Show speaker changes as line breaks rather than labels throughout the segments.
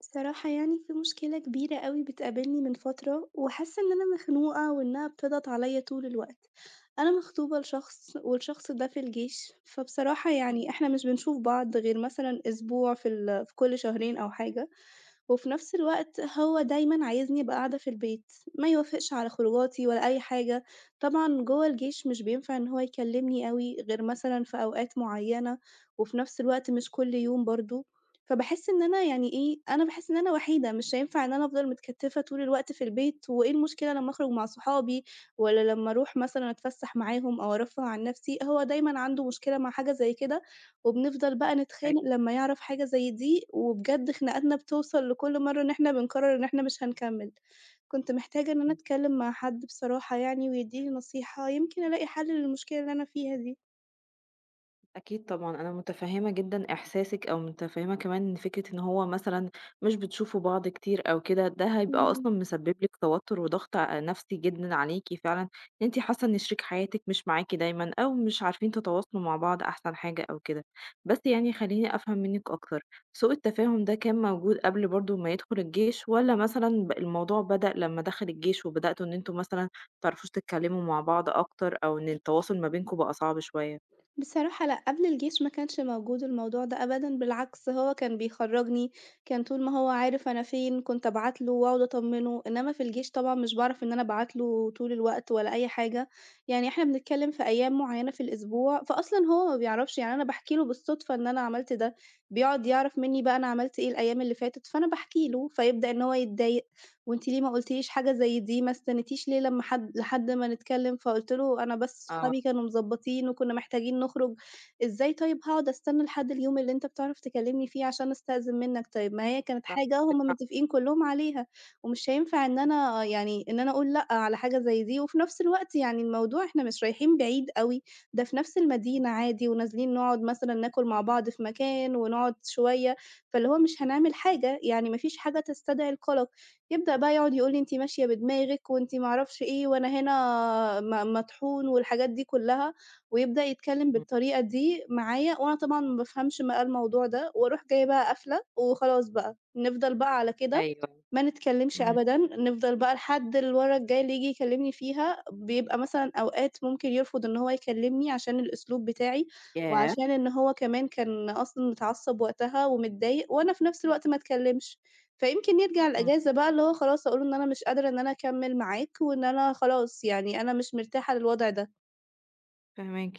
الصراحة يعني في مشكلة كبيرة أوي بتقابلني من فترة، وحاسة إن أنا مخنوقة وإنها بتضغط عليَّ طول الوقت. أنا مخطوبة لشخص والشخص ده في الجيش، فبصراحة يعني
إمم.
إحنا مش بنشوف بعض غير مثلًا أسبوع في كل شهرين أو حاجة. وفي نفس الوقت هو دايمًا عايزني أبقى قاعدة في البيت، ما يوافقش على خروجاتي ولا أي حاجة، طبعًا جوّه الجيش مش بينفع إن هو يكلمني أوي غير مثلًا في أوقات معيّنة، وفي نفس الوقت مش كل يوم برضه، فباحس إن أنا يعني إيه، أنا باحس إن أنا وحيدة، مش هينفع إن أنا أفضل متكتفة طول الوقت في البيت، وإيه المشكلة لمّا أخرج مع صحابي والّا لمّا أروح مثلًا أتفسح معاهم أو أرفّه عن نفسي، هو دايمًا عنده مشكلة مع حاجة زي كده. وبنفضل بقى نتخانق
أيوه.
لمّا يعرف حاجة زي دي، وبجد خناقاتنا بتوصل لكل مرّة إن إحنا بنقرر إن إحنا مش هنكمّل. كنت محتاجة إن أنا
إمم.
أتكلّم مع حد بصراحة يعني ويدّيني نصيحة، يمكن ألاقي حل للمشكلة اللي أنا فيها دي.
أكيد طبعًا، أنا متفهّمة جدًا إحساسِك أو متفهّمة كمان إن فكرة إن هو مثلًا مش بتشوفوا بعض كتير أو كده، ده هيبقى
إمم.
أصلًا مسبب لِك توتُّر وضغط ع نفسي جدًا عليكِ فعلًا، أنتِ حاسة إن شريك حياتِك مش معاكِ دايمًا أو مش عارفين تتواصلوا مع بعض أحسن حاجة أو كده. بس يعني خلّيني أفهم منِّك أكتر، سوء التفاهم ده كان موجود قبل برضه ما يدخل الجيش والّا مثلًا الموضوع بدأ لمّا دخل الجيش وبدأتوا إن أنتم مثلًا ما تعرفوش تتكلّموا مع بعض أكتر أو إن التواصل ما بينكم بقى صعب شوية؟
بصراحة لأ، قبل الجيش ما كانش موجود الموضوع ده أبدًا، بالعكس هو كان بيخرّجني، كان طول ما هو عارف أنا فين كنت أبعت له وأقعد أطمّنه، إنّما في الجيش طبعًا مش باعرف إن أنا أبعت له طول الوقت ولا أي حاجة، يعني إحنا بنتكلّم في أيام معيّنة في الأسبوع، فأصلًا هو ما بيعرفش، يعني أنا باحكي له بالصدفة إن أنا عملت ده، بيقعد يعرف منّي بقى أنا عملت إيه الأيام اللي فاتت، فأنا باحكي له، فيبدأ إن هو يتضايق. وأنتِ ليه ما قُلتيليش حاجة زي دي، ما استنيتيش ليه لمّا لحد ما نتكلّم، فقُلت له أنا بس صحابي
آه.
كانوا مضبّطين وكنا محتاجين نخرج، إزاي طيب هاقعد أستنى لحد اليوم اللي أنت بتعرف تكلّمني فيه عشان أستأذن منّك طيب، ما هي كانت
صح
حاجة هُم
عندِك حق،
متّفقين كلّهم عليها، ومش هينفع إن أنا يعني إن أنا أقول لأ على حاجة زي دي، وفي نفس الوقت يعني الموضوع إحنا مش رايحين بعيد أوي، ده في نفس المدينة عادي ونازلين نقعد مثلًا ناكل مع بعض في مكان ونقعد شوية، فاللي هو مش هنعمل حاجة، يعني ما فيش حاجة تستدعي القلق. يبدأ بقى يقعد يقول لي: "أنتِ ماشية بدماغِك وأنتِ ما أعرفش إيه وأنا هنا مطحون." والحاجات دي كلّها، ويبدأ يتكلّم
إمم،
بالطريقة دي معايا وأنا طبعًا ما بافهمش بقى الموضوع ده، وأروح جاية بقى قافلة وخلاص بقى، نفضل بقى على كده
أيوه،
ما نتكلّمش
إمم.
أبدًا، نفضل بقى لحد المَرّة الجاية اللي ييجي يكلّمني فيها، بيبقى مثلًا أوقات ممكن يرفض إن هو يكلّمني عشان الأسلوب بتاعي،
ياه!
وعشان إن هو كمان كان أصلًا متعصّب وقتها ومتضايق، وأنا في نفس الوقت ما اتكلّمش. فيمكن يرجع
إمم.
الأجازة بقى اللي هو خلاص أقول له إن أنا مش قادرة إن أنا أكمّل معاك، وإن أنا خلاص يعني أنا مش مرتاحة للوضع ده.
فاهماكِ.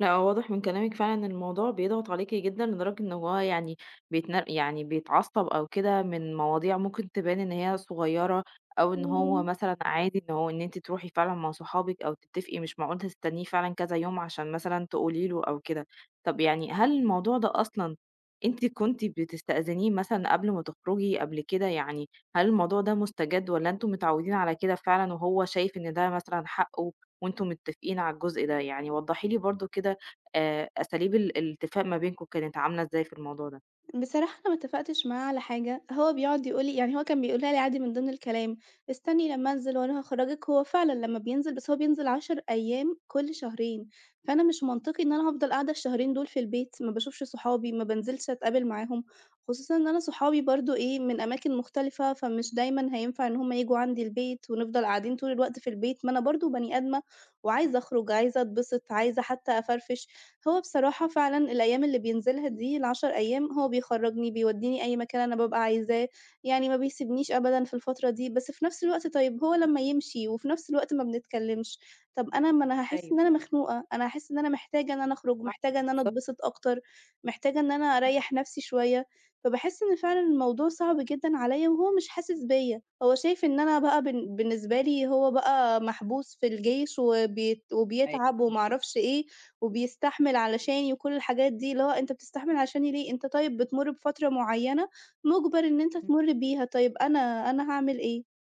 لأ، هو واضح من كلامِك فعلًا إن الموضوع بيضغط عليكِ جدًا، لدرجة إن هو يعني يعني بيتعصب أو كده من مواضيع ممكن تبان إن هي صغيرة، أو إن هو
إمم.
مثلًا عادي إن هو إن أنتِ تروحي فعلًا مع صحابِك أو تتفقي، مش معقول تستنيه فعلًا كذا يوم عشان مثلًا تقولي له أو كده. طب يعني هل الموضوع ده أصلًا أنتِ كنتِ بتستأذنيه مثلًا قبل ما تخرجي قبل كده؟ يعني هل الموضوع ده مستجد والّا أنتم متعودين على كده فعلًا وهو شايف إن ده مثلًا حقه وأنتم متفقين على الجزء ده؟ يعني وضحي لي برضه كده أساليب الاتفاق ما بينكم كانت عاملة إزاي في الموضوع ده؟
بصراحة أنا ما اتفقتش معاه على حاجة، هو بيقعد يقول لي يعني هو كان بيقولها لي عادي من ضمن الكلام، استني لمّا أنزل وأنا هاخرجِك، هو فعلًا لمّا بينزل بس هو بينزل 10 أيام كل شهرين، فأنا مش منطقي إن أنا هافضل قاعدة الشهرين دول في البيت، ما باشوفش صحابي، ما بانزلش أتقابل معاهم، خصوصًا إن أنا صحابي برضه إيه من أماكن مختلفة، فمش دايمًا هينفع إن هم ييجوا عندي البيت ونفضل قاعدين طول الوقت في البيت، ما أنا برضه بني آدمة وعايزة أخرج، عايزة أتبسط، عايزة حتى أفرفش. هو بصراحة فعلًا الأيام اللي بينزلها دي الـ10 أيام هو بيخرّجني، بيودّيني أي مكان أنا بابقى عايزاه، يعني ما بيسيبنيش أبدًا في الفترة دي، بس في نفس الوقت طيب هو لمّا يمشي وفي نفس الوقت ما بنتكلمش، طب أنا ما أنا هاحس
أيوه
إن أنا مخنوقة، أنا هاحس إن أنا محتاجة إن أنا أخرج،
صح،
محتاجة إن أنا
بالضبط
أتبسط أكتر، محتاجة إن أنا أريّح نفسي شوية، فباحس إن فعلًا الموضوع صعب جدًا عليَّ وهو مش حاسس بيّا، هو شايف إن أنا بقى بالنسبة لي هو بقى محبوس في الجيش وبيت وبيتعب وما
أيوه.
أعرفش إيه، وبيستحمل علشاني وكل الحاجات دي، اللي هو أنت بتستحمل علشاني ليه؟ أنت طيب بتمُر بفترة معيّنة مُجبَر إن أنت تمُر بيها، طيب أنا هاعمل إيه؟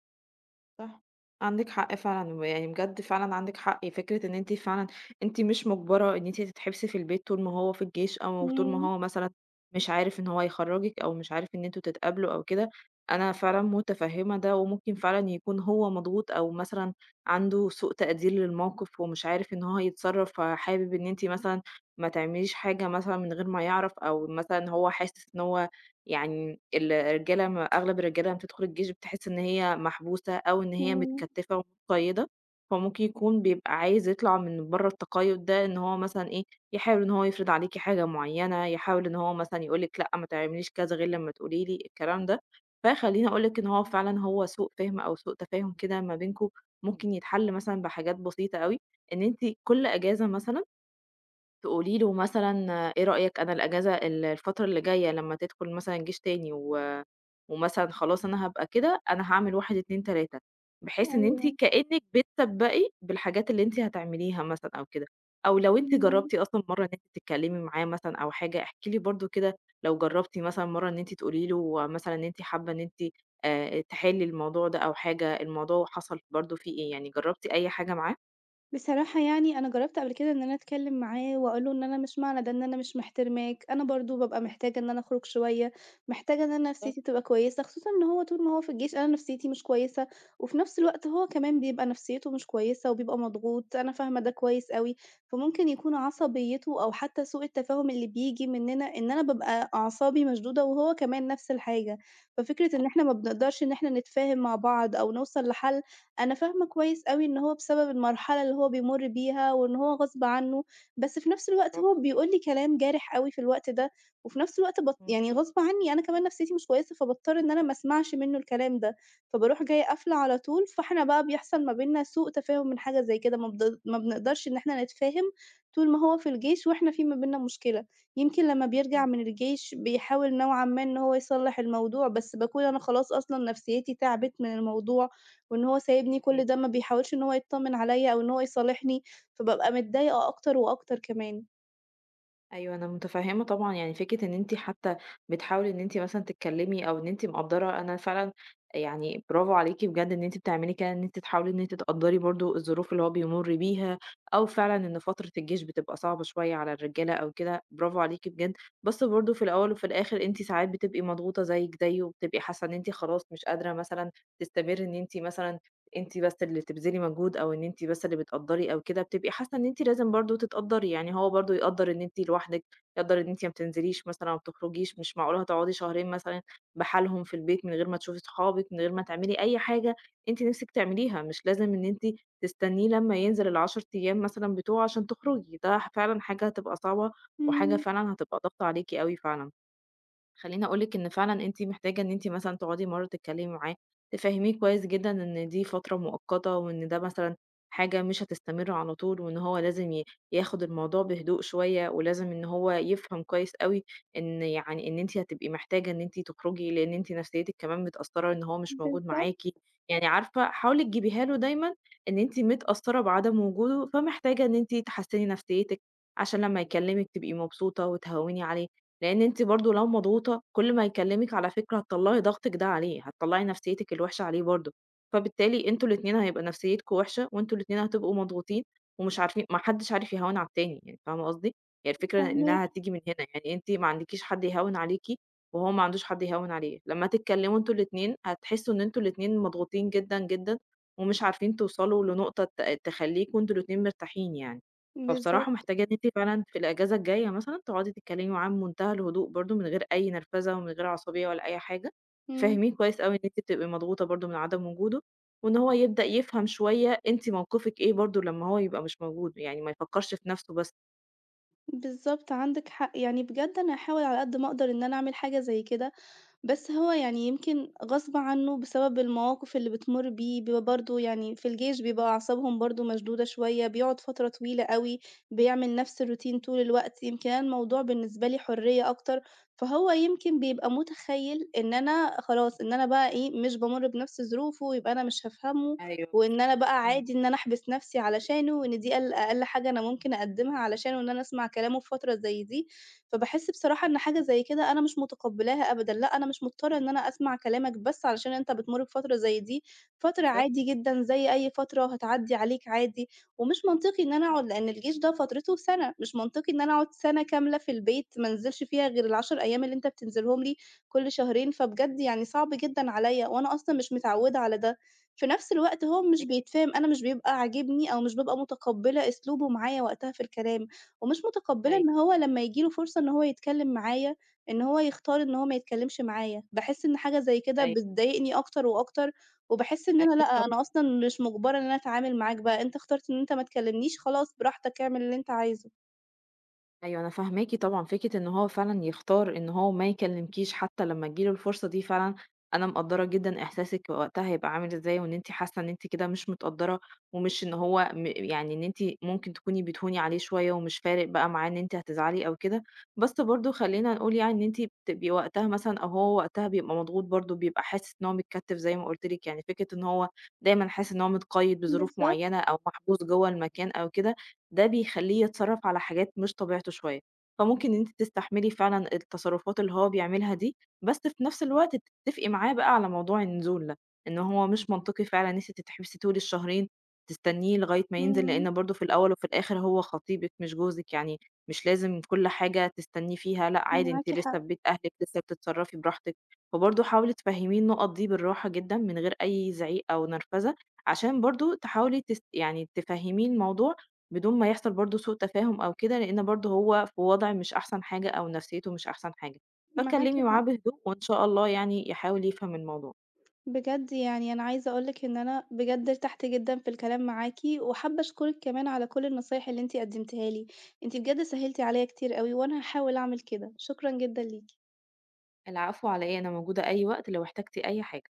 صح، عندِك حق فعلًا، ويعني بجد فعلًا عندِك حق، فكرة إن أنتِ فعلًا أنتِ مش مُجبرة إن أنتِ تتحبسي في البيت طول ما هو في الجيش، أو طول ما
إمم،
هو مثلًا مش عارف إن هو هيخرّجِك، أو مش عارف إن أنتم تتقابلوا أو كده، أنا فعلًا متفهّمة ده، وممكن فعلًا يكون هو مضغوط، أو مثلًا عنده سوء تقدير للموقف، ومش عارف إن هو يتصرّف، فحابب إن أنتِ مثلًا ما تعمليش حاجة مثلًا من غير ما يعرف، أو مثلًا هو حاسس إن هو يعني الرجالة م أغلب الرجالة لمّا بتدخل الجيش بتحس إن هي محبوسة أو إن هي
إمم،
متكتّفة ومتقيّدة، فممكن يكون بيبقى عايز يطلع من برّه التقيُّد ده إن هو مثلًا إيه، يحاول إن هو يفرض عليكِ حاجة معيّنة، يحاول إن هو مثلًا يقول لِك لأ ما تعمليش كذا غير لمّا تقولي لي، الكلام ده. فخلّيني أقول لِك إن هو فعلًا هو سوء فِهم أو سوء تفاهم كده ما بينكم، ممكن يتحل مثلًا بحاجات بسيطة أوي، إن أنتِ كل إجازة مثلًا تقولي له مثلًا آه، إيه رأيك أنا الأجازة الفترة اللي جاية لمّا تدخل مثلًا الجيش تاني و ومثلًا خلاص أنا هابقى كده، أنا هاعمل 1، 2، 3 بحيث إن أنتِ
أيوه،
كإنِّك بتسبّقي بالحاجات اللي أنتِ هتعمليها مثلًا أو كده، أو لو أنتِ
إمم.
جرّبتِ أصلًا مرّة إن أنتِ تتكلّمي معاه مثلًا أو حاجة، احكي لي برضه كده لو جرّبتِ مثلًا مرّة إن أنتِ تقولي له مثلًا إن أنتِ حابة إن أنتِ تحلّي الموضوع ده أو حاجة، الموضوع حصل برضه فيه إيه، يعني جرّبتِ أي حاجة معاه؟
بصراحة يعني أنا جرّبت قبل كده إن أنا أتكلّم معاه وأقول له إن أنا مش معنى ده إن أنا مش محترماك، أنا برضه بابقى محتاجة إن أنا أخرج شوية، محتاجة إن أنا
بالضبط،
نفسيتي تبقى كويسة، خصوصًا إن هو طول ما هو في الجيش أنا نفسيتي مش كويسة، وفي نفس الوقت هو كمان بيبقى نفسيته مش كويسة وبيبقى مضغوط، أنا فاهمة ده كويس أوي، فممكن يكون عصبيته أو حتى سوء التفاهم اللي بييجي مننا إن أنا بابقى أعصابي مشدودة وهو كمان نفس الحاجة، ففكرة إن إحنا ما بنقدرش إن إحنا نتفاهم مع بعض أو نوصل لحل أنا فاهمة كويس أوي إن هو بسبب المرحلة اللي هو بيمُر بيها وإن هو غصب عنّه، بس في نفس الوقت هو
برافو عليكِ.
بيقول لي كلام جارح أوي في الوقت ده، وفي نفس الوقت
إمم،
يعني غصب عنّي أنا كمان نفسيتي مش كويسة، فباضطر إن أنا ما اسمعش منّه الكلام ده، فباروح جاية قافلة على طول، فإحنا بقى بيحصل ما بيننا سوء تفاهم من حاجة زي كده، ما بنقدرش إن إحنا نتفاهم طول ما هو في الجيش وإحنا في ما بيننا مشكلة، يمكن لمّا بيرجع
إمم.
من الجيش بيحاول نوعًا ما إن هو يصلّح الموضوع، بس باكون أنا خلاص أصلًا نفسيتي تعبت من الموضوع، وإن هو سايبني
أيوه.
كل ده، ما بيحاولش إن هو يتطمن عليَّ أو إن هو يصالحني، فبابقى متضايقة أكتر وأكتر كمان.
أيوه، أنا متفهّمة طبعًا، يعني فكرة إن أنتِ حتى بتحاولي إن أنتِ مثلًا تتكلّمي أو إن أنتِ مقدّرة أنا فعلًا يعني برافو عليكِ بجد إن أنتِ بتعملي كده، إن أنتِ تحاولي إن أنتِ تقدّري برضه الظروف اللي هو بيمُر بيها، أو فعلًا إن فترة الجيش بتبقى صعبة شوية على الرجالة أو كده، برافو عليكِ بجد، بس برضه في الأول وفي الآخِر أنتِ ساعات بتبقي مضغوطة زيِّك زيه، وبتبقي حاسة إن أنتِ خلاص مش قادرة مثلًا تستمرّي إن أنتِ مثلًا أنتِ بس اللي تبذلي مجهود أو إن أنتِ بس اللي بتقدّري أو كده، بتبقي حاسة إن أنتِ لازم برضه تتقدّري، يعني هو برضه يقدّر إن أنتِ لوحدِك، يقدّر إن أنتِ ما بتنزليش مثلًا، ما بتخرجيش، مش معقولة هتقعدي شهرين مثلًا بحالهم في البيت من غير ما تشوفي صحابِك، من غير ما تعملي أي حاجة أنتِ نِفْسِك تعمليها، مش لازم إن أنتِ تستنيه لمّا ينزل ال10 أيام مثلًا بتوعه عشان تخرجي، ده فعلًا حاجة هتبقى صعبة، وحاجة
إمم،
فعلًا هتبقى ضاغطة عليكِ أوي فعلًا. خلّيني أقول لِك إن فعلًا أنتِ محتاجة إن أنتِ مثلًا تقعدي مرّة تتكلّمي معاه، تفهّميه كويس جدًا إن دي فترة مؤقتة وإن ده مثلًا حاجة مش هتستمر على طول وإن هو لازم ياخُد الموضوع بهدوء شوية ولازم إن هو يفهم كويس أوي إن يعني إن أنتِ هتبقي محتاجة إن أنتِ تخرجي، لإن أنتِ نفسيّتِك كمان متأثّرة إن هو مش موجود
بالضبط،
معاكِ. يعني عارفة حاولي تجيبيها له دايمًا إن أنتِ متأثّرة بعدم وجوده، فمحتاجة إن أنتِ تحسّني نفسيّتِك عشان لمّا يكلّمِك تبقي مبسوطة وتهوّني عليه. لإن أنتِ برضه لو مضغوطة كل ما يكلمِك على فكرة هتطلّعي ضغطِك ده عليه، هتطلّعي نفسيتِك الوحشة عليه برضه، فبالتالي أنتم الاتنين هيبقى نفسيتكم وحشة، وأنتم الاتنين هتبقوا مضغوطين ومش عارفين ما حدش عارف يهوّن على التاني يعني، فاهمة قصدي؟ هي الفكرة
فاهماكِ.
إنها هتيجي من هنا، يعني أنتِ ما عندكيش حد يهوّن عليكِ وهو ما عندوش حد يهوّن عليه، لمّا تتكلموا أنتم الاتنين هتحسوا إن أنتم الاتنين مضغوطين جدًا، جدًا ومش عارفين توصلوا لنقطة تخلّيكم أنتم الاتنين مرتاحين يعني. فبصراحة
بالضبط،
محتاجة إن أنتِ فعلًا في الأجازة الجاية مثلًا تقعدي تتكلمي معاه بمنتهى الهدوء برضه، من غير أي نرفزة ومن غير عصبية ولا أي حاجة،
إمم،
تفهميه كويس أوي إن أنتِ بتبقي مضغوطة برضه من عدم وجوده، وإن هو يبدأ يفهم شوية أنتِ موقفِك إيه برضه لمّا هو يبقى مش موجود، يعني ما يفكرش في نفسه بس.
بالضبط، عندِك حق، يعني بجد أنا هاحاول على قد ما أقدر إن أنا أعمل حاجة زي كده، بس هو يعني يمكن غصب عنّه بسبب المواقف اللي بتمُر بيه، بيبقى برضه يعني في الجيش بيبقى أعصابهم برضه مشدودة شوية، بيقعد فترة طويلة أوي، بيعمل نَفْس الroutine طول الوقت، يمكن أنا الموضوع بالنسبة لي حرية أكتر، فهو يمكن بيبقى مُتخيّل إن أنا خلاص، إن أنا بقى إيه، مش بامُر بنَفْس ظروفه، يبقى أنا مش هافهمه،
أيوه
وإن
بالضبط.
أنا بقى
إمم.
عادي إن أنا أحبس نَفْسي علشانه، وإن دي أقل حاجة أنا ممكن أقدّمها علشانه إن أنا أسمع كلامه في فترة زي دي، فباحس بصراحة إن حاجة زي كده أنا مش متقبّلاها أبدًا، لأ أنا مش مضطرة إن أنا أسمع كلامك بس علشان أنت بتمُر بفترة زي دي، فترة
بالضبط
عادي جدًا زي أي فترة وهتعدّي عليك عادي، ومش منطقي إن أنا أقعد لإن الجيش ده فترته سَنة، مش منطقي إن أنا أقعد سَنة كاملة في البيت ما انزلش فيها غير الـ10 أيام اللي أنت بتنزلهم لي كل شهرين، فبجد يعني صعب جدًا عليّا وأنا أصلًا مش متعوّدة على ده. في نفس الوقت هو مش
أيوه،
بيتفهم، أنا مش بيبقى عاجبني أو مش بابقى متقبّلة أسلوبه معايا وقتها في الكلام. ومش متقبّلة إن
أيوه،
هو لمّا ييجي له فرصة إن هو يتكلّم معايا، إن هو يختار إن هو ما يتكلّمش معايا، باحس إن حاجة زي كده
أيوه،
بتضايقني أكتر وأكتر، وباحس إن أنا
أكيد
لأ، أنا
طبعًا.
أصلًا مش مُجبرة إن أنا أتعامل معاك بقى، أنت اخترت إن أنت ما تكلّمنيش، خلاص براحتك اعمل اللي أنت عايزه.
أيوه أنا فاهماكِ طبعًا، فكرة إن هو فعلًا يختار إن هو ما يكلمكيش حتى لمّا تيجي له الفرصة دي فعلًا أنا مقدّرة جدًا إحساسِك وقتها هيبقى عامل إزاي، وإن أنتِ حاسة إن أنتِ كده مش متقدّرة، ومش إن هو م يعني إن أنتِ ممكن تكوني بتهوني عليه شوية ومش فارق بقى معاه إن أنتِ هتزعلي أو كده، بس برضه خلّينا نقول يعني إن أنتِ بتبقي وقتها مثلًا أو هو وقتها بيبقى مضغوط برضه، بيبقى حاسس إن هو متكتّف زي ما قُلت لِك، يعني فكرة إن هو دايمًا حاسس إن هو متقيّد بظروف
بالضبط،
معيّنة أو محبوس جوّه المكان أو كده ده بيخلّيه يتصرّف على حاجات مش طبيعته شوية، فممكن إن أنتِ تستحملي فعلًا التصرّفات اللي هو بيعملها دي، بس في نفس الوقت تتفقي معاه بقى على موضوع النزول ده، إن هو مش منطقي فعلًا إن أنتِ تتحبسي طول الشهرين تستنيه لغاية ما ينزل،
إمم،
لإن برضه في الأول وفي الآخر هو خطيبِك مش جوزِك، يعني مش لازم كل حاجة تستنيه فيها، لأ عادي أنتِ
معاكِ
لسه
حق،
في بيت أهلِك، لسه بتتصرّفي براحتك، فبرضه حاولي تفهّميه النُقط دي بالراحة جدًا من غير أي زعيق أو نرفزة، عشان برضه تحاولي تس يعني تفهّميه الموضوع بدون ما يحصل برضه سوء تفاهم أو كده، لإن برضه هو في وضع مش أحسن حاجة أو نفسيته مش أحسن حاجة،
معاكِ
فاتكلمي معاه
حق.
بهدوء وإن شاء الله يعني يحاول يفهم الموضوع.
بجد يعني أنا عايزة أقول لِك إن أنا بجد ارتحت جدًا في الكلام معاكِ، وحابة أشكرِك كمان على كل النصايح اللي أنتِ قدّمتيها لي، أنتِ بجد سهّلتِ عليّا كتير أوي، وأنا هاحاول أعمل كده، شكرًا جدًا ليكِ.
العفو على إيه، أنا موجودة أي وقت لو احتجتِ أي حاجة.